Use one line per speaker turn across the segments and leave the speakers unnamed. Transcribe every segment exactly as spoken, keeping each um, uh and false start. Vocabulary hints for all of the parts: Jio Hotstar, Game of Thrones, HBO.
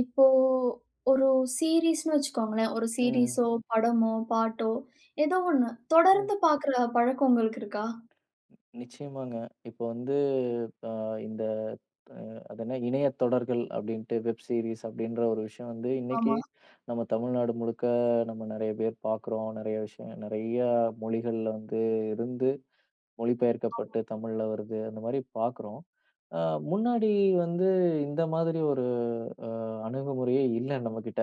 இப்போ ஒரு சீரீஸ்ன்னு வச்சுக்கோங்களேன். ஒரு
ம்,
சீரீஸோ, ம், படமோ, பாட்டோ ஏதோ ஒண்ணு
ம்.
தொடர்ந்து பார்க்குற பழக்கம் உங்களுக்கு இருக்கா?
நிச்சயமாங்க. இப்போ வந்து அ இந்த அ அது என்ன இணைய தொடர்கள் அப்டின்ட்டு வெப் சீரிஸ் அப்டின்ற ஒரு விஷயம் வந்து இன்னைக்கு
ஆமா.
நம்ம தமிழ்நாடு முழுக்க நம்ம நெறைய பேர் பார்க்குறோம். நெறைய விஷயம் நெறைய மொழிகள்ல வந்து இருந்து மொழிபெயர்க்கப்பட்டு தமிழ்ல வருது. அந்த மாரி பார்க்குறோம். அ முன்னாடி வந்து இந்த மாதிரி ஒரு அ அணுகுமுறையே இல்ல நம்மகிட்ட.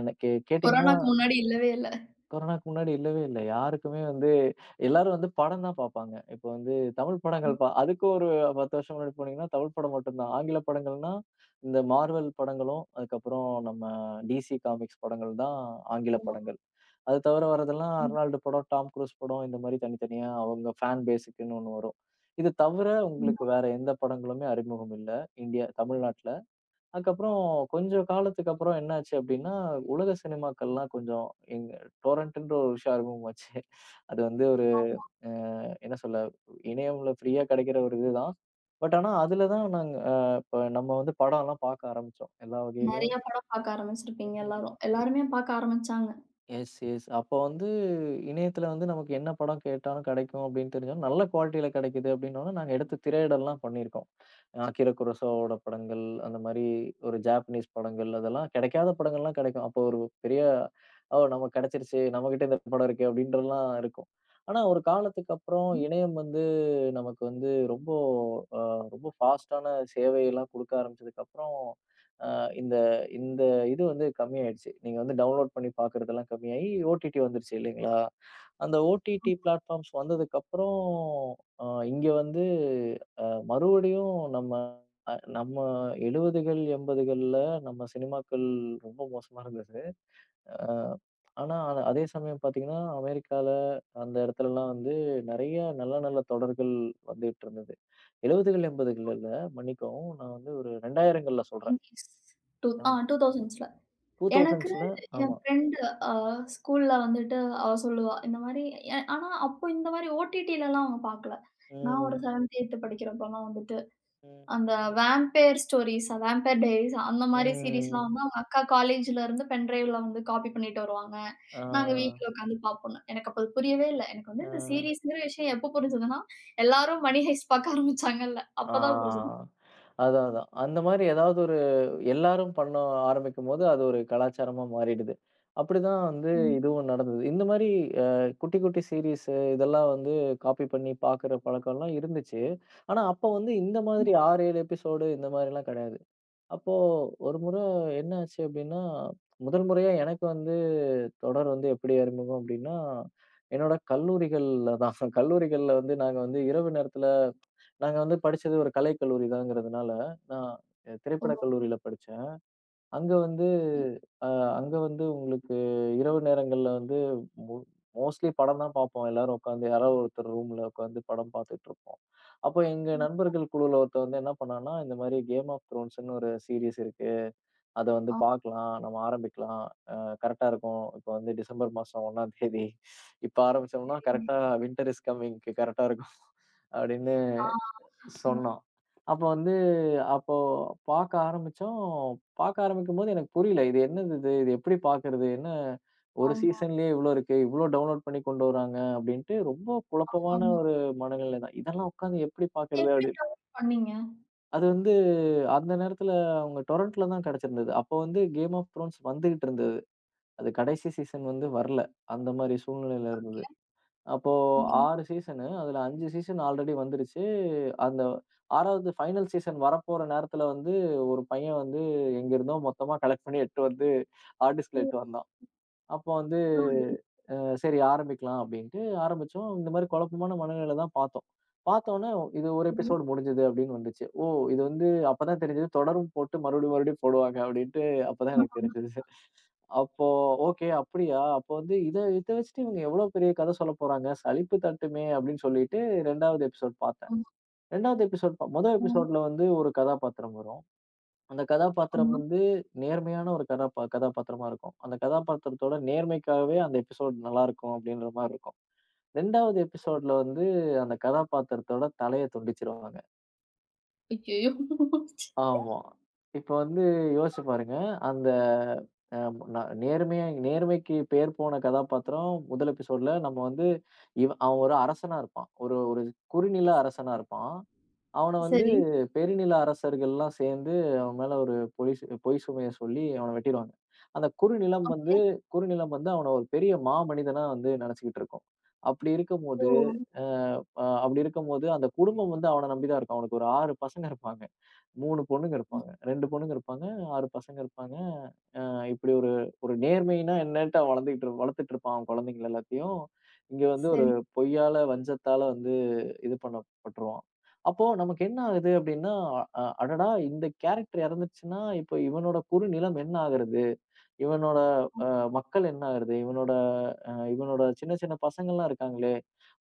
எனக்கு கேட்டீங்கன்னா
கொரோனாக்கு முன்னாடி இல்லவே இல்ல.
கொரோனாக்கு முன்னாடி இல்லவே இல்ல. யாருக்குமே வந்து எல்லாரும் வந்து படம் தான் பார்ப்பாங்க. இப்ப வந்து தமிழ்
ஆமா,
படங்கள் பா அதுக்கு ஒரு பத்து வருஷம் முன்னாடி போனீங்கன்னா, தமிழ் படம் மட்டும் தான். ஆங்கில படங்கள்னா, இந்த மார்வெல் படங்களும், அதுக்கப்புறம் நம்ம டிசி காமிக்ஸ் படங்கள் தான் ஆங்கில
ஆமா.
படங்கள். அது தவிர வரதெல்லாம்
ம்,
அர்னால்டு படம், டாம் குரூஸ் படம் இந்த மாரி தனித்தனியா அவங்க ஃபேன் பேஸுக்குன்னு ஒண்ணு வரும். இது தவிர
ம்.
உங்களுக்கு வேற எந்த படங்களுமே அறிமுகம் இல்ல. இந்தியா தமிழ்நாட்ல. அதுக்கப்புறம் கொஞ்சம் காலத்துக்கு அப்புறம் என்னாச்சு அப்டின்னா, உலக சினிமாக்கள்லாம் கொஞ்சம் எங்க டொரன்ட்ன்ற ஒரு விஷயம் அறிமுகமாச்சு. அது வந்து ஒரு அ என்ன சொல்ல, இணையம்ல ஃப்ரீயா கிடைக்கிற ஒரு இதுதான். பட் ஆனா, அதுல தான் நாங்க அ இப்ப நம்ம வந்து படம்லாம் பார்க்க ஆரம்பிச்சோம். எல்லா
நெறைய
வகையிலயும்.
படம் பார்க்க ஆரம்பிச்சிருப்பீங்க எல்லாரும். எல்லாருமே பார்க்க ஆரம்பிச்சாங்க.
Yes, yes. அப்போ வந்து இணையத்துல வந்து நமக்கு என்ன படம் கேட்டாலும் கிடைக்கும் அப்படின்னு தெரிஞ்சோன, நல்ல குவாலிட்டில கிடைக்குது அப்படின்னோன, நாங்க எடுத்து திரையிடல்லாம் பண்ணியிருக்கோம். அகிரா குரோசாவாவோட படங்கள், அந்த மாரி ஒரு ஜாப்பனீஸ் படங்கள், அதெல்லாம் கிடைக்காத படங்கள்லாம் கிடைக்கும். அப்போ ஒரு பெரிய "ஓ! நமக்கு கிடைச்சிருச்சு. நம்மகிட்ட இந்த படம் இருக்கே" அப்படின்றலாம் இருக்கும். ஆனா ஒரு காலத்துக்கு அப்புறம் இணையம் வந்து நமக்கு வந்து ரொம்ப அ ரொம்ப ஃபாஸ்ட்டான சேவையெல்லாம் குடுக்க ஆரம்பிச்சதுக்கப்புறம், அ இந்த இந்த இது வந்து கம்மியாயிடுச்சு. நீங்க வந்து டவுன்லோட் பண்ணி பார்க்கிறதெல்லாம் கம்மியாயி, ஓடிடி வந்துருச்சு இல்லைங்களா? அந்த ஓடிடி பிளாட்ஃபார்ம்ஸ் வந்ததுக்கப்புறம், அ இங்க வந்து அ மறுபடியும் நம்ம அ நம்ம எழுபதுகள், எண்பதுகள்ல நம்ம சினிமாக்கள் ரொம்ப மோசமா இருந்தது. அ ஆனா, அத அதே சமயம் பார்த்தீங்கன்னா, அமெரிக்கால அந்த இடத்துலலாம் வந்து நெறைய நல்ல நல்ல தொடர்கள் வந்துட்டுருந்தது. எழுபதுகள், எண்பதுகள்ல இல்ல மன்னிக்கவும். நான் வந்து ஒரு ரெண்டாயிரங்கள்ல சொல்றேன்.
1990ஸ் டூ ஆ
ஆமா.
2000ஸ்ல. எனக்கு
டூ தௌசன்ட்ஸ்ல
என்
ஆமா.
ஃப்ரெண்ட் அ ஸ்கூல்ல வந்துட்டு அவ சொல்லுவா, இந்த மாரி எ ஆனா அப்போ இந்த மாரி ஓடிடிலலாம் அவங்க பார்க்கல. நான் ஒரு
ம்.
7த், 8த் படிக்கிறப்பலாம் வந்துட்டு
ம்.
அந்த வேம்பயர் ஸ்டோரீஸ், வேம்பயர் டைரீஸ் அந்த மாரி சீரீஸ்லாம்
ம்.
ம். வந்து அவங்க அக்கா காலேஜ்ல இருந்து பென் டிரைவ்ல வந்து காப்பி பண்ணிட்டு வருவாங்க. நாங்க
ஆ.
வீட்ல உட்காந்து பார்ப்போம்ன்னு. எனக்கு அப்ப அது புரியவே இல்ல. எனக்கு வந்து
ஆ.
இந்த சீரீஸ்ங்கிற விஷயம் எப்ப புரிஞ்சதுன்னா, எல்லாரும் மணி ஹெய்ஸ்ட் பார்க்க ஆரம்பிச்சாங்கல்ல. அப்பதான் புரிஞ்சது.
ஆ. அதான், அதான். அந்த மாரி ஏதாவது ஒரு எல்லாரும் பண்ண ஆரம்பிக்கும்போது, அது ஒரு கலாச்சாரமா மாறிடுது. அப்படிதான் வந்து
ம்.
இதுவும் நடந்தது. இந்த மாரி அ குட்டி, குட்டி சீரிஸ் இதெல்லாம் வந்து காப்பி பண்ணி பார்க்குற பழக்கம்லாம் இருந்துச்சு. ஆனா, அப்ப வந்து இந்த
ம்.
மாதிரி ஆறு, ஏழு எபிசோடு இந்த மாரிலாம் கிடையாது. அப்போ ஒரு முறை என்ன ஆச்சு அப்படின்னா, முதல் முறையா எனக்கு வந்து தொடர் வந்து எப்படி அறிமுகம் அப்படின்னா, என்னோட கல்லூரிகள்ல தான். கல்லூரிகள்ல வந்து நாங்க வந்து இரவு நேரத்துல நாங்க வந்து படிச்சது ஒரு கலைக் கல்லூரி தாங்கிறதுனால, நான்
ஓ!
திரைப்படக் கல்லூரியில படிச்சேன். அங்க வந்து
ம்.
அ அங்க வந்து உங்களுக்கு இரவு நேரங்கள்ல வந்து மோ மோஸ்ட்லி படம் தான் பார்ப்போம். எல்லாரும் உட்காந்து யாராவது ஒருத்தர் ரூம்ல உட்காந்து படம் பார்த்துட்டுருப்போம். அப்போ எங்க
ம்.
நண்பர்கள் குழுவுல ஒருத்தன் வந்து என்ன பண்ணான்னா, இந்த மாரி கேம் ஆஃப் த்ரோன்ஸ்ன்னு ஒரு சீரிஸ் இருக்கு. அத வந்து பார்க்கலாம். நம்ம ஆரம்பிக்கலாம். அ கரெக்ட்டா இருக்கும். இப்ப வந்து டிசம்பர் மாசம் ஒன்னாம் தேதி. இப்ப ஆரம்பிச்சோம்னா
ஓகே.
கரெக்ட்டா வின்டர் இஸ் கம்மிங்க்கு கரெக்ட்டா இருக்கும் அப்படின்னு
ஆ. ம். ஆ.
சொன்னான். அப்போ வந்து அப்போ பார்க்க ஆரம்பிச்சோம். பார்க்க ஆரம்பிக்கும்போது எனக்கு புரியல. இது என்னது இது? இது எப்படி பார்க்கறது? என்ன ஒரு
ஆமா,
சீசன்லயே இவ்ளோ இருக்கு. இவ்ளோ டவுன்லோட் பண்ணி கொண்டு வராங்க அப்படின்ட்டு ரொம்ப
ஆமா.
குழப்பமான
ம்.
ஒரு மனநிலை தான். இதெல்லாம் உட்கார்ந்து எப்படி பார்க்கறது?
எப்படி
அப்படின்னு.
டவுன்லோட் பண்ணீங்க?
அது வந்து அந்த நேரத்துல அவங்க டொரண்ட்ல தான் கிடைச்சிருந்தது. அப்போ வந்து கேம் ஆஃப் த்ரோன்ஸ் வந்துகிட்டு இருந்தது. அது கடைசி சீசன் வந்து வரல. அந்த மாரி சூழ்நிலையில இருந்தது. அப்போ
ம்.
ஆறு சீசனு. அதுல அஞ்சு சீசன் ஆல்ரெடி வந்துருச்சு. அந்த ஆறாவது ஃபைனல் சீசன் வரப்போற நேரத்துல வந்து ஒரு பையன் வந்து எங்கேருந்தோ மொத்தமா கலெக்ட் பண்ணி எட்டு வந்து ஹார்ட் டிஸ்க்ல
ஓ!
எட்டு வந்தான். அப்போ வந்து
பரவாயில்லையே.
அஹ், சரி ஆரம்பிக்கலாம் அப்டின்ட்டு ஆரம்பிச்சோம். இந்த மாரி குழப்பமான மனநிலையில தான் பார்த்தோம். பார்த்தோனே இது ஒரு
சரி.
எபிசோடு முடிஞ்சது அப்டின்னு வந்துச்சு. ஓ! இது வந்து அப்பதான் தெரிஞ்சது தொடரும் போட்டு மறுபடியும் மறுபடியும் போடுவாங்க அப்டின்ட்டு அப்பதான் எனக்கு
ஆமா,
தெரிஞ்சது. அப்போ ஓகே அப்படியா! அப்போ வந்து இத இத வச்சுட்டு இவங்க எவ்ளோ பெரிய கதை சொல்லப் போறாங்க. சலிப்பு தட்டுமே அப்படின்னு சொல்லிட்டு ரெண்டாவது எபிசோட் பார்த்தேன்.
ஆமா,
ரெண்டாவது எபிசோட் ப மொத
ஆமா,
எபிசோட்ல வந்து ஒரு கதாபாத்திரம் வரும். அந்த கதாபாத்திரம்
ஆமா.
வந்து நேர்மையான ஒரு கதாபா கதாபாத்திரமா இருக்கும். அந்த கதாபாத்திரத்தோட நேர்மைக்காகவே அந்த எபிசோட் நல்லாருக்கும் அப்படின்ற மாரி இருக்கும். 2வது எபிசோட்ல வந்து அந்த கதாபாத்திரத்தோட தலைய துண்டிச்சிருவாங்க.
ஐயயோ!
ஆமா. இப்ப வந்து யோசிச்சு பாருங்க. அந்த அ ந நேர்மையா நேர்மைக்கு பேர் போன கதாபாத்திரம் முதல் எபிசோட்ல நம்ம வந்து இவ அவன் ஒரு அரசனா இருப்பான். ஒரு ஒரு குறுநில அரசனா இருப்பான். அவன வந்து
சரி.
பெருநில அரசர்கள்லாம் சேர்ந்து அவன் மேல ஒரு பொய் சு- பொய் சுமைய சொல்லி அவன வெட்டிருவாங்க. அந்த குறுநிலம்
ஓகே.
வந்து குறுநிலம் வந்து அவன ஒரு பெரிய மாமனிதனா வந்து நினைச்சுக்கிட்டு இருக்கும். அப்படி
ஓ!
இருக்கும்போது, அ அ அப்படி இருக்கும்போது அந்த குடும்பம் வந்து அவன நம்பி தான் இருக்கும். அவனுக்கு ஒரு ஆறு பசங்க இருப்பாங்க. மூணு பொண்ணுங்க
ம்.
இருப்பாங்க. ரெண்டு பொண்ணுங்க இருப்பாங்க, ஆறு பசங்க இருப்பாங்க. இப்படி ஒரு ஒரு நேர்மைன்னா என்னன்ட்டு அவன் வளர்ந்துகிட்டு வளர்த்துட்டு இருப்பான் அவன் குழந்தைங்கள எல்லாத்தையும். இங்க வந்து ஒரு
சரி.
பொய்யால, வஞ்சத்தால வந்து இது பண்ணப்பட்டுருவான். அப்போ நமக்கு என்ன ஆகுது அப்படின்னா, அ அடடா! இந்த கேரக்டர் இறந்துருச்சுன்னா, இப்போ இவனோட குறுநிலம் என்ன ஆகுறது? இவனோட மக்கள் என்ன ஆகுறது? இவனோட அ இவனோட சின்ன சின்ன பசங்கள்லாம் இருக்காங்களே,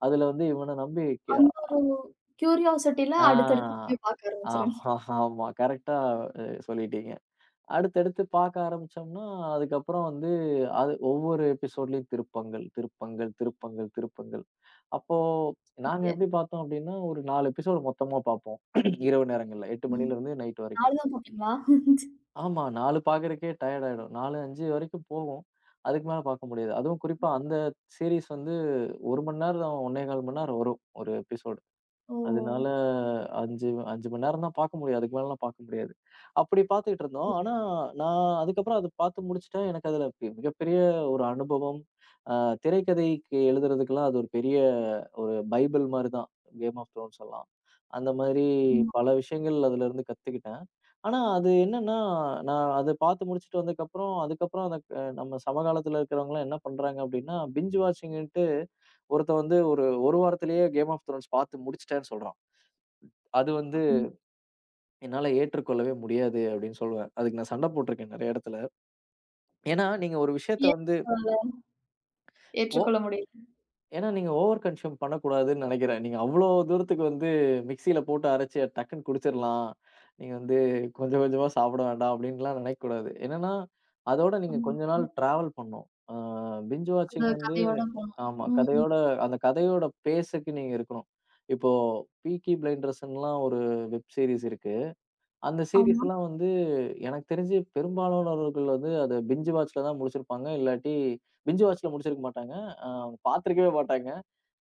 அதுல வந்து இவன நம்பி கெ
அந்த ஒரு கியூரியாசிட்டில அடுத்தடுத்து அப்டியே
ஆ
பார்க்க ஆரம்பிச்சுருவேன்.
ஆமா ஆமா கரெக்ட்டா அ சொல்லிட்டீங்க. அடுத்தடுத்து பார்க்க ஆரம்பிச்சோம்னா, அதுக்கப்புறம் வந்து அது ஒவ்வொரு எபிசோட்லயும் திருப்பங்கள், திருப்பங்கள், திருப்பங்கள், திருப்பங்கள். அப்போ நாங்க
அப்டியே.
எப்படி பார்த்தோம் அப்படின்னா, ஒரு நாலு எபிசோடு மொத்தமா பார்ப்போம். இரவு நேரங்கள்ல எட்டு
ம்.
மணிலேருந்து நைட் வரைக்கும்.
நான்கு தான் போட்டீங்களா?
ஆமா நாலு பார்க்கறதுக்கே டயர்ட் ஆயிடும். நாலு, அஞ்சு வரைக்கும் போகும். அதுக்கு மேல பார்க்க முடியாது. அதுவும் குறிப்பா அந்த சீரிஸ் வந்து ஒரு மணி நேரம், கால் மணி நேரம் வரும் ஒரு எபிசோடு.
ஓ!
அதனால அஞ்சு அஞ்சு மணி நேரம் தான் பார்க்க முடியும். அதுக்கு மேலலாம் பார்க்க முடியாது. அப்படி பார்த்துக்கிட்டு இருந்தோம். ஆனா, நான் அதுக்கப்புறம் அத பார்த்து முடிச்சுட்டேன். எனக்கு அதுல பெ மிகப்பெரிய ஒரு அனுபவம். அ திரைக்கதைக்கு எழுதுறதுக்கெல்லாம் அது ஒரு பெரிய ஒரு பைபிள் மாரி தான். கேம் ஆஃப் த்ரோன்ஸ் எல்லாம். அந்த மாதிரி
ம்.
பல விஷயங்கள் அதுலருந்து கத்துக்கிட்டேன். ஆனா, அது என்னன்னா, நான் அத பார்த்து முடிச்சுட்டு வந்ததுக்கப்புறம், அதுக்கப்புறம் அந்த க நம்ம சமகாலத்துல இருக்கிறவங்கலாம் என்ன பண்றாங்க அப்படின்னா, பிஞ்ச் வாட்சிங்ன்ட்டு ஒருத்தன் வந்து ஒரு ஒரு வாரத்திலேயே கேம் ஆஃப் த்ரோன்ஸ் பார்த்து முடிச்சுட்டேன்னு சொல்றான். அது
அ
வந்து
ம்.
என்னால ஏற்றுக்கொள்ளவே முடியாது அப்படின்னு சொல்லுவேன். அதுக்கு நான் சண்டை போட்டுருக்கேன் நெறைய இடத்துல. ஏன்னா, நீங்க ஒரு விஷயத்த
ஏன்
வந்து
உங்களால
ஓ
ஏற்றுக்கொள்ள முடியல?
ஏன்னா நீங்க ஓவர் கன்சியூம் பண்ணக்கூடாதுன்னு நெனைக்கிறேன். நீங்க அவ்ளோ தூரத்துக்கு வந்து மிக்ஸியில போட்டு அரைச்சு டக்குன்னு குடிச்சிடலாம். நீங்க வந்து கொஞ்சம் கொஞ்சமா சாப்பிட வேண்டாம் அப்படின்லாம் நினைக்கக்கூடாது. என்னன்னா, அதோட நீங்க
ம்.
கொஞ்ச நாள்
ம்.
டிராவல் பண்ணணும். ஆ பிஞ்ச்
அந்த
வாட்சிங் வந்து
கதையோட போணும்.
ஆமா
ம்.
கதையோட அந்த கதையோட பேஸுக்கு நீங்க இருக்கணும். இப்போ பீக்கி பிளைண்டர்ஸ்ன்லாம் ஒரு வெப் சீரிஸ் இருக்கு. அந்த சீரிஸ்
ஆமா.
எல்லாம் வந்து எனக்கு தெரிஞ்சு பெரும்பாலானவர்கள் வந்து அத பிஞ்ச் வாட்ச்ல தான் முடிச்சிருப்பாங்க. இல்லாட்டி பிஞ்ச் வாட்ச்ல முடிச்சிருக்க மாட்டாங்க. அ பார்த்திருக்கவே மாட்டாங்க.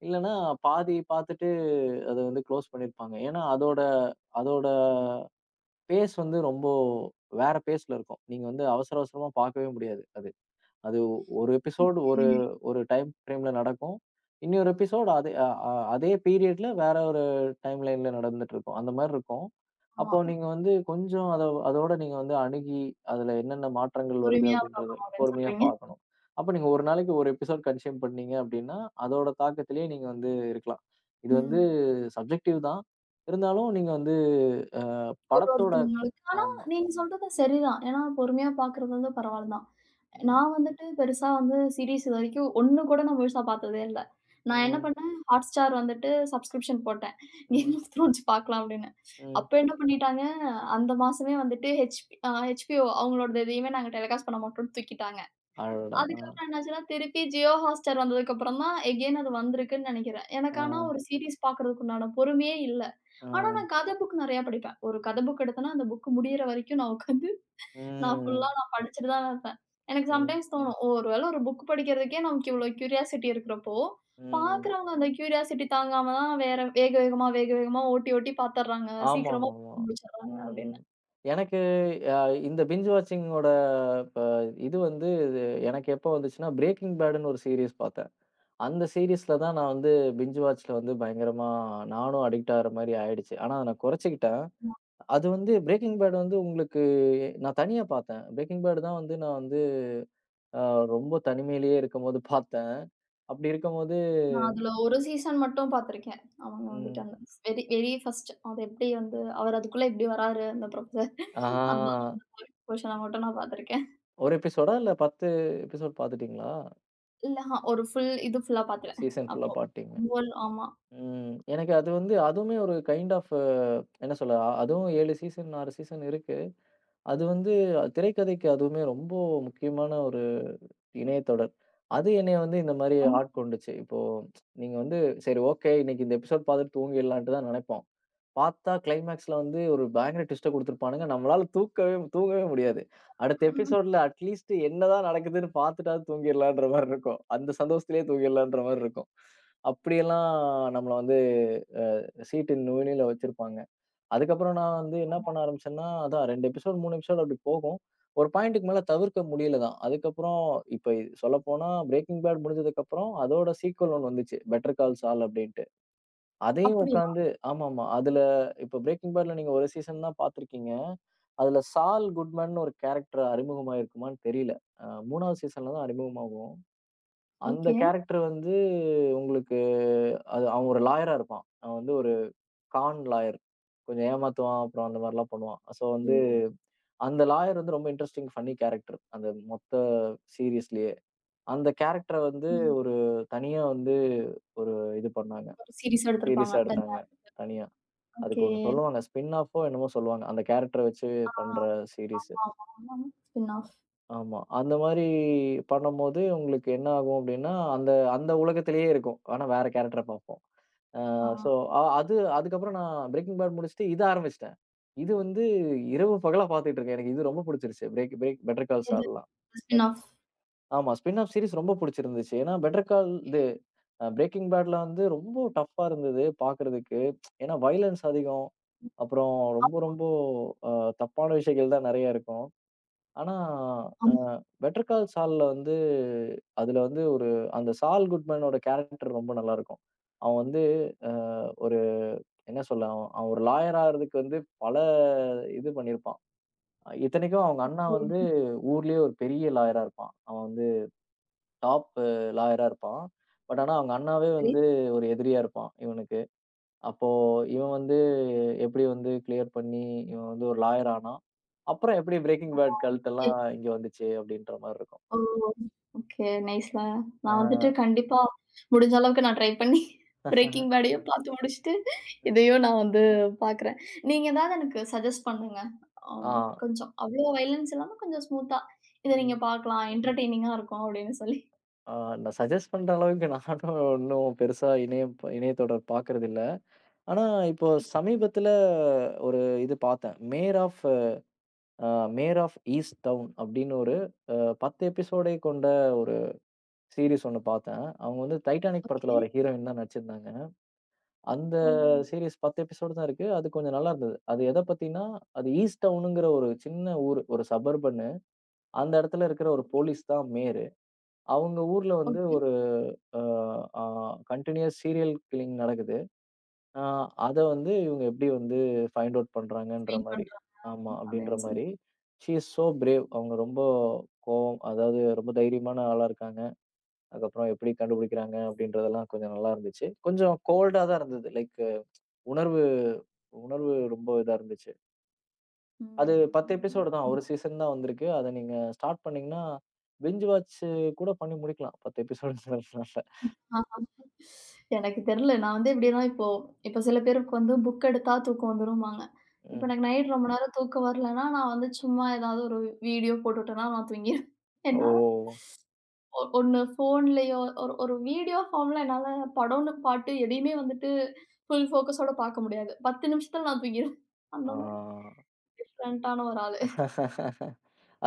இல்லன்னா பாதி பார்த்துட்டு அத வந்து க்ளோஸ் பண்ணியிருப்பாங்க. ஏன்னா அதோட அதோட பேஸ் வந்து ரொம்ப வேற பேஸ்ல இருக்கும். நீங்க வந்து அவசர அவசரமா பார்க்கவே முடியாது அது. அது ஒரு எபிசோட் ஒரு
ம்.
ஒரு டைம் ஃப்ரேம்ல நடக்கும். இன்னொரு எபிசோட் அதே அ அ அதே பீரியட்ல வேற ஒரு டைம் லைன்ல நடந்துட்டு இருக்கும். அந்த மாரி இருக்கும்.
ஆமா.
அப்போ நீங்க வந்து கொஞ்சம் அத அதோட நீங்க வந்து அணுகி, அதுல என்னென்ன மாற்றங்கள் வருது
பொறுமையா
அப்படின்றத
பார்க்கணும் அப்டின்னு
பொறுமையா
சொல்றீங்க.
பார்க்கணும். அப்ப நீங்க ஒரு நாளைக்கு ஒரு எபிசோட் கன்சியூம் பண்ணீங்க அப்படின்னா, அதோட தாக்கத்திலேயே நீங்க வந்து இருக்கலாம். இது வந்து
ம்.
சப்ஜெக்டிவ் தான். இருந்தாலும் நீங்க வந்து அ
ஒரு
படத்தோட
ஒருத்தவங்களுக்கு ஆனா
ஆமா.
நீங்க சொல்றது சரிதான். ஏன்னா பொறுமையா பார்க்கறது வந்து பரவால்ல தான்.
ம்,
நான் வந்துட்டு பெருசா வந்து சீரிஸ் இதுவரைக்கும் ஒண்ணு கூட நான் முழுசா பார்த்ததே இல்ல. நான் என்ன
ம்,
பண்ணேன், Hotstar வந்துட்டு சப்ஸ்கிரிப்ஷன் போட்டேன். கேம்
ம்,
ஆஃப் த்ரோன்ஸ் பார்க்கலாம் அப்படின்னு.
ம்.
அப்ப என்ன பண்ணிட்டாங்க, அந்த மாசமே வந்துட்டு H uh H B O அவங்களோடது எதையுமே நாங்க டெலிகாஸ்ட் பண்ண மாட்டோம்ன்னு தூக்கிட்டாங்க.
அடடா! ஆ,
அதுக்கப்புறம் என்னாச்சுன்னா, திருப்பி Jio Hotstar வந்ததுக்கப்புறம் தான் எகெயின் அது வந்திருக்குன்னு நெனைக்கிறேன். எனக்கு
ஆ,
ஆனா ஒரு சீரிஸ் பார்க்கறதுக்கு உண்டான பொறுமையே இல்ல.
ஆ.
ஆனா நான் கதை புக் நெறையா படிப்பேன். ஒரு கதை புக் எடுத்தேன்னா, அந்த புக் முடியிற வரைக்கும் நான் உட்காந்து நான்
ம்.
ஃபுல்லா நான் படிச்சுட்டு தான் வைப்பேன். எனக்கு
ம்.
சம்டைம்ஸ் ம். தோணும். ஒரு வேளை ஒரு புக் படிக்கிறதுக்கே நமக்கு இவ்ளோ கியூரியாசிட்டி இருக்கிறப்போ,
ம்.
பார்க்குறவங்க அந்த கியூரியாசிட்டி தாங்காம தான் வேற வேக வேகமா, வேக வேகமா ஓட்டி ஓட்டி பார்த்துடுறாங்க. சீக்கிரமா
ஆமாமாமா.
முடிச்சுடுறாங்க அப்படின்னு.
ம். எனக்கு அ இந்த பிஞ்ச் வாட்சிங்கோட இப்ப இது வந்து இது எனக்கு எப்போ வந்துச்சுன்னா, பிரேக்கிங் பேடுன்னு ஒரு சீரிஸ் பார்த்தேன். அந்த சீரிஸ்ல தான் நான் வந்து பிஞ்ச் வாட்ச்ல வந்து பயங்கரமா நானும் அடிக்ட் ஆகுற மாரி ஆயிடுச்சு. ஆனா அத நான் குறைச்சுக்கிட்டேன். அது வந்து பிரேக்கிங் பேட் வந்து உங்களுக்கு நான் தனியா பார்த்தேன். பிரேக்கிங் பேட் தான் வந்து நான் வந்து அ ரொம்ப தனிமையிலேயே இருக்கும்போது பார்த்தேன். அப்படி இருக்கும்போது
நான் அதுல ஒரு சீசன் மட்டும் பார்த்துருக்கேன். அவங்க வந்துட்டு
ம்.
அந்த வெரி வெரி ஃபர்ஸ்ட் அது எப்படி வந்து அவர் அதுக்குள்ள எப்படி வராரு அந்த ப்ரொஃபசர்.
ஆ.
அந்த போர்ஷன மட்டும் நான் பார்த்துருக்கேன்.
ஒரு எபிசோடா? இல்ல பத்து எபிசோட் பாத்துட்டீங்களா?
இல்ல ஆ, ஒரு ஃபுல் இது ஃபுல்லா பார்த்துட்டேன்.
சீசன் ஃபுல்லா
அப்போ
பாத்துட்டீங்க.
ஒவ்வொரு- ஆமா.
ம். எனக்கு அது வந்து அதுவுமே ஒரு கைண்ட் ஆஃப் என்ன சொல்ல? அதுவும் ஏழு சீசன், ஆறு சீசன் இருக்கு. அது வந்து திரைக்கதைக்கு அதுவுமே ரொம்ப முக்கியமான ஒரு இணையத்தொடர். அது என்னைய வந்து இந்த மாரி
ஆமா.
ஆட்கொண்டுச்சு. இப்போ நீங்க வந்து சரி ஓகே, இன்னைக்கு இந்த எபிசோட் பாத்துட்டு தூங்கிடலான்ட்டு தான் நெனைப்போம். பார்த்தா கிளைமாக்ஸ்ல வந்து ஒரு பயங்கர ட்விஸ்ட்ட குடுத்துருப்பானுங்க. நம்மளால தூக்கவே தூங்கவே முடியாது. அடுத்த எபிசோட்ல அட்லீஸ்ட் என்னதான் நடக்குதுன்னு பார்த்துட்டாவது தூங்கிர்லான்ற மாரி இருக்கும். அந்த சந்தோஷத்திலேயே தூங்கிர்லான்ற மாரி இருக்கும். அப்படியெல்லாம் நம்மள வந்து சீட்டின் நுனியில வச்சிருப்பாங்க. அதுக்கப்புறம் நான் வந்து என்ன பண்ண ஆரம்பிச்சேன்னா, அதான் ரெண்டு எபிசோட் மூணு எபிசோட் அப்படி போகும். ஒரு பாயிண்ட்டுக்கு மேல தவிர்க்க முடியல தான். அதுக்கப்புறம் இப்ப சொல்லப்போனா, பிரேக்கிங் பேட் முடிஞ்சதுக்கப்புறம் அதோட சீக்வல் ஒண்ணு வந்துச்சு. பெட்டர் கால் சால் அப்படின்ட்டு. அதையும்
அப்படியா?
உட்காந்து ஆமாமா. அதுல இப்ப பிரேக்கிங் பேட்ல நீங்க ஒரு சீசன் தான் பார்த்திருக்கீங்க. அதுல சால் குட்மன்னு ஒரு கேரக்டர் அறிமுகமாயிருக்குமான்னு தெரியல. அ மூணாவது சீசன்ல தான் அறிமுகமாகும். அந்த
ஓகே.
கேரக்டர் வந்து உங்களுக்கு அது அவன் ஒரு லாயரா இருப்பான். அவன் வந்து ஒரு கான் லாயர். கொஞ்சம் ஏமாத்துவான். அப்புறம் அந்த மாரிலாம் பண்ணுவான். சோ வந்து
ம்.
அந்த லாயர் வந்து ரொம்ப இன்ட்ரஸ்டிங் ஃபன்னி கேரக்டர். அந்த மொத்த சீரிஸ்லயே. அந்த கேரக்டர வந்து
ம்.
ஒரு தனியா வந்து ஒரு இது பண்ணாங்க.
ஒரு சீரிஸா எடுத்திருப்பாங்க.
சீரிஸா
தனி
எடுத்தாங்க. தனியா.
ஓகே.
அதுக்கு ஒண்ணு சொல்லுவாங்க. ஸ்பின் ஆஃபோ என்னமோ சொல்லுவாங்க. அந்த கேரக்டர வச்சு
ஆ,
பண்ற
ஆமா,
சீரிஸ்.
ஆமா, ஆமா. Spin off.
ஆமா. அந்த மாரி பண்ணும்போது உங்களுக்கு என்ன ஆகும் அப்டின்னா, அந்த அந்த உலகத்திலேயே இருக்கும். ஆனா வேற கேரக்டர பார்ப்போம். அ
ஆ
ஸோ அ அது அதுக்கப்புறம் நான் பிரேக்கிங் பேட் முடிச்சுட்டு இத ஆரம்பிச்சுட்டேன். இது வந்து இரவு பகலா பார்த்துட்டு இருக்கேன். எனக்கு இது ரொம்ப புடிச்சிருச்சு. பிரேக் பிரேக் பெட்டர் கால்
எது?
சால்லாம்.
Spin
better
off.
ஆமா. ஸ்பின் ஆஃப் சீரிஸ் ரொம்ப புடிச்சிருந்துச்சு. ஏன்னா பெட்டர் கால் இது அ பிரேக்கிங் பேட்ல வந்து ரொம்ப டஃப்பா இருந்தது பார்க்குறதுக்கு. ஏன்னா வயலன்ஸ் அதிகம். அப்புறம் ரொம்ப ரொம்ப அ தப்பான விஷயங்கள் தான் நெறைய இருக்கும். ஆனா, அ
ஆமா.
பெட்டர் கால் சால்ல வந்து அதுல வந்து ஒரு அந்த சால் குட்மேனோட கேரக்டர் ரொம்ப நல்லாருக்கும். அவன் வந்து அ ஒரு என்ன சொல்ல, அவன் அவன் ஒரு லாயர் ஆகுறதுக்கு வந்து பல இது பண்ணியிருப்பான். இத்தனைக்கும் அவங்க அண்ணா வந்து
சரி.
ஊர்லயே ஒரு பெரிய லாயரா இருப்பான். அவன் டாப் லாயரா இருப்பான். பட் ஆனா அவங்க அண்ணாவே
சரி.
வந்து ஒரு எதிரியா இருப்பான் இவனுக்கு. அப்போ இவன் வந்து எப்படி வந்து கிளியர் பண்ணி இவன் வந்து ஒரு லாயர் ஆனான். அப்புறம் எப்படி பிரேக்கிங் பேட் கல்ட்டெல்லாம்
எப்
இங்க வந்துச்சு அப்படின்ற மாரி இருக்கும்.
ஓ! ஓகே. நைஸ்ல.
ஆ.
நான் வந்துட்டு கண்டிப்பா முடிஞ்ச அளவுக்கு நான் ட்ரை பண்ணி
ம்.
பிரேக்கிங் பேடையும் பார்த்து முடிச்சுட்டு, இதையும் நான் வந்து பார்க்குறேன். நீங்க ஏதாவது எனக்கு சஜெஸ்ட் பண்ணுங்க.
ஆ.
அம் கொஞ்சம் அவ்வளோ வயலன்ஸ் இல்லாம கொஞ்சம் ஸ்மூத்தா, இத நீங்க
ம்.
பார்க்கலாம். என்டர்டெய்னிங்கா இருக்கும் அப்படின்னு சொல்லி.
ஆ நான் சஜெஸ்ட் பண்ற அளவுக்கு நானும் ஒண்ணும் பெருசா இணையம் இணையத்தொடர் பார்க்கறதில்ல. ஆனா இப்போ
ஓகே.
சமீபத்துல ஒரு இது பார்த்தேன். Mare of uh Mare of Easttown அப்படின்னு ஒரு அ பத்து எபிசோடை கொண்ட சீரிஸ் ஒண்ணு பார்த்தேன். அவங்க வந்து டைட்டானிக்
ஓகே.
படத்துல வர ஹீரோயின் தான் நடிச்சிருந்தாங்க. அந்த
ஓ!
சீரிஸ் பத்து எபிசோடு தான் இருக்கு. அது கொஞ்சம் நல்லா இருந்தது. அது எத பத்தின்னா, அது ஈஸ்ட் டவுனுங்கிற ஒரு சின்ன ஊரு, ஒரு சபர்பன்னு. அந்த இடத்துல இருக்கிற ஒரு போலீஸ் தான் மேயரு. அவங்க ஊர்ல வந்து
ஓகே.
ஒரு அ அ கன்டினியூயஸ் சீரியல் கில்லிங் நடக்குது. அ அத வந்து இவங்க எப்படி வந்து ஃபைண்ட் அவுட் பண்றாங்கன்ற
ஸ்விங்
மாரி.
பண்றாங்க
ஆமா, அப்படின்ற
அப்படின்னு சொல்லி.
மாரி. She is so brave. அவங்க ரொம்ப கோவம் அதாவது ரொம்ப தைரியமான ஆளா இருக்காங்க. அதுக்கப்புறம் எப்படி கண்டுபிடிக்கிறாங்க அப்படின்றதெல்லாம் கொஞ்சம் நல்லா இருந்துச்சு. கொஞ்சம் கோல்டா தான் இருந்தது. லைக் உணர்வு உணர்வு ரொம்ப இதா இருந்துச்சு. அது பத்து
ம்.
எபிசோடு தான். ஒரு
புரியுது.
சீசன் தான் வந்திருக்கு. அத நீங்க ஸ்டார்ட் பண்ணீங்கன்னா, பிஞ்ச் வாட்ச் கூட பண்ணி முடிக்கலாம். பத்து எபிசோடுன்றதுனால.
ஆ. எனக்கு தெரியல. நான் வந்து எப்படின்னா, இப்போ இப்போ சில பேருக்கு வந்து புக் எடுத்தா தூக்கம் வந்துரும்பாங்க. இப்ப
ம்.
எனக்கு நைட் ரொம்ப நேரம் தூக்கம் வரலன்னா, நான் வந்து சும்மா ஏதாவது ஒரு வீடியோ போட்டுட்டேன்னா நான் தூங்கிருவேன்.
ஓ!
என்னால ஒ ஒண்ணு ஃபோன்லயோ ஒரு ஒரு வீடியோ ஃபார்ம்ல என்னால படம்ன்னு பாட்டு எதையுமே வந்துட்டு ஃபுல் ஃபோக்கஸோட பார்க்க முடியாது. பத்து நிமிஷத்துல நான் தூங்கிருவேன். அந்த மாதிரி
ஆ.
டிஃபரண்டான ஒரு ஆளு.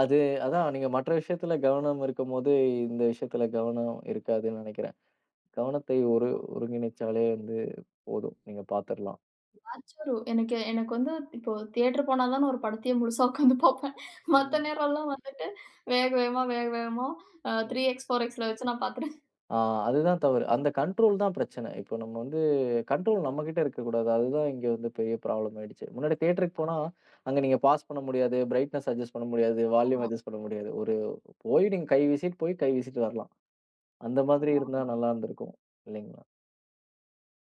அது அதான் நீங்க மற்ற விஷயத்துல கவனம் இருக்கும்போது, இந்த விஷயத்துல கவனம் இருக்காதுன்னு நெனைக்கிறேன். கவனத்தை ஒரு
ஆமா.
ஒருங்கிணைச்சாலே வந்து போதும். நீங்க பாத்துரலாம்.
அச்சோ! எனக்கு எனக்கு வந்து இப்போ தியேட்டர் போனா தான் நான் ஒரு படத்தையே முழுசா உட்காந்து பார்ப்பேன். மத்த
ம்.
நேரம்லாம் வந்துட்டு வேக வேகமா, வேக வேகமா அ
ம்.
த்ரீ எக்ஸ், 4xல வச்சு நான் பார்த்துருவேன்.
ஆ அதுதான் தவறு. அந்த கண்ட்ரோல் தான் பிரச்சனை. இப்போ நம்ம வந்து கண்ட்ரோல் நம்மகிட்ட இருக்கக்கூடாது. அதுதான் இங்க வந்து பெரிய ப்ராப்ளம் ஆயிடுச்சு. முன்னாடி தியேட்டருக்கு போனா, அங்க நீங்க பாஸ் பண்ண முடியாது, பிரைட்னஸ் அட்ஜஸ்ட் பண்ண முடியாது,
ஆமா,
வால்யூம் அட்ஜஸ்ட் பண்ண முடியாது. ஒரு போய் நீங்க கை வீசிட்டு போய் கை வீசிட்டு வரலாம். அந்த மாதிரி
ஆமா,
இருந்தா நல்லா இருந்திருக்கும். இல்லைங்களா?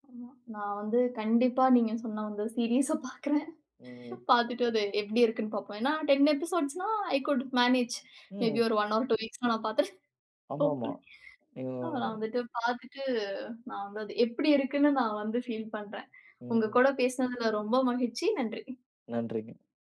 ஆமா. நான் வந்து கண்டிப்பா நீங்க சொன்ன அந்த சீரிஸ பார்க்குறேன்.
ம்.
பார்த்துட்டு அது எப்படி இருக்குன்னு பார்ப்பேன். ஏன்னா பத்து எபிசோட்ஸ்னா ஐ குட் மேனேஜ். மேபி
ம்.
ஒரு ஒன் ஆர் டூ வீக்ஸ்ல நான் பார்த்துருவேன்.
ஆமாமா.
ஹோப்ஃபுல்லி.
நீங்க
அ நான் வந்துட்டு பார்த்துட்டு நான் வந்து அது எப்படி இருக்குன்னு நான் வந்து ஃபீல் பண்றேன். உங்க
ம்.
கூட பேசினதுல ரொம்ப மகிழ்ச்சி. நன்றி.
நன்றிங்க.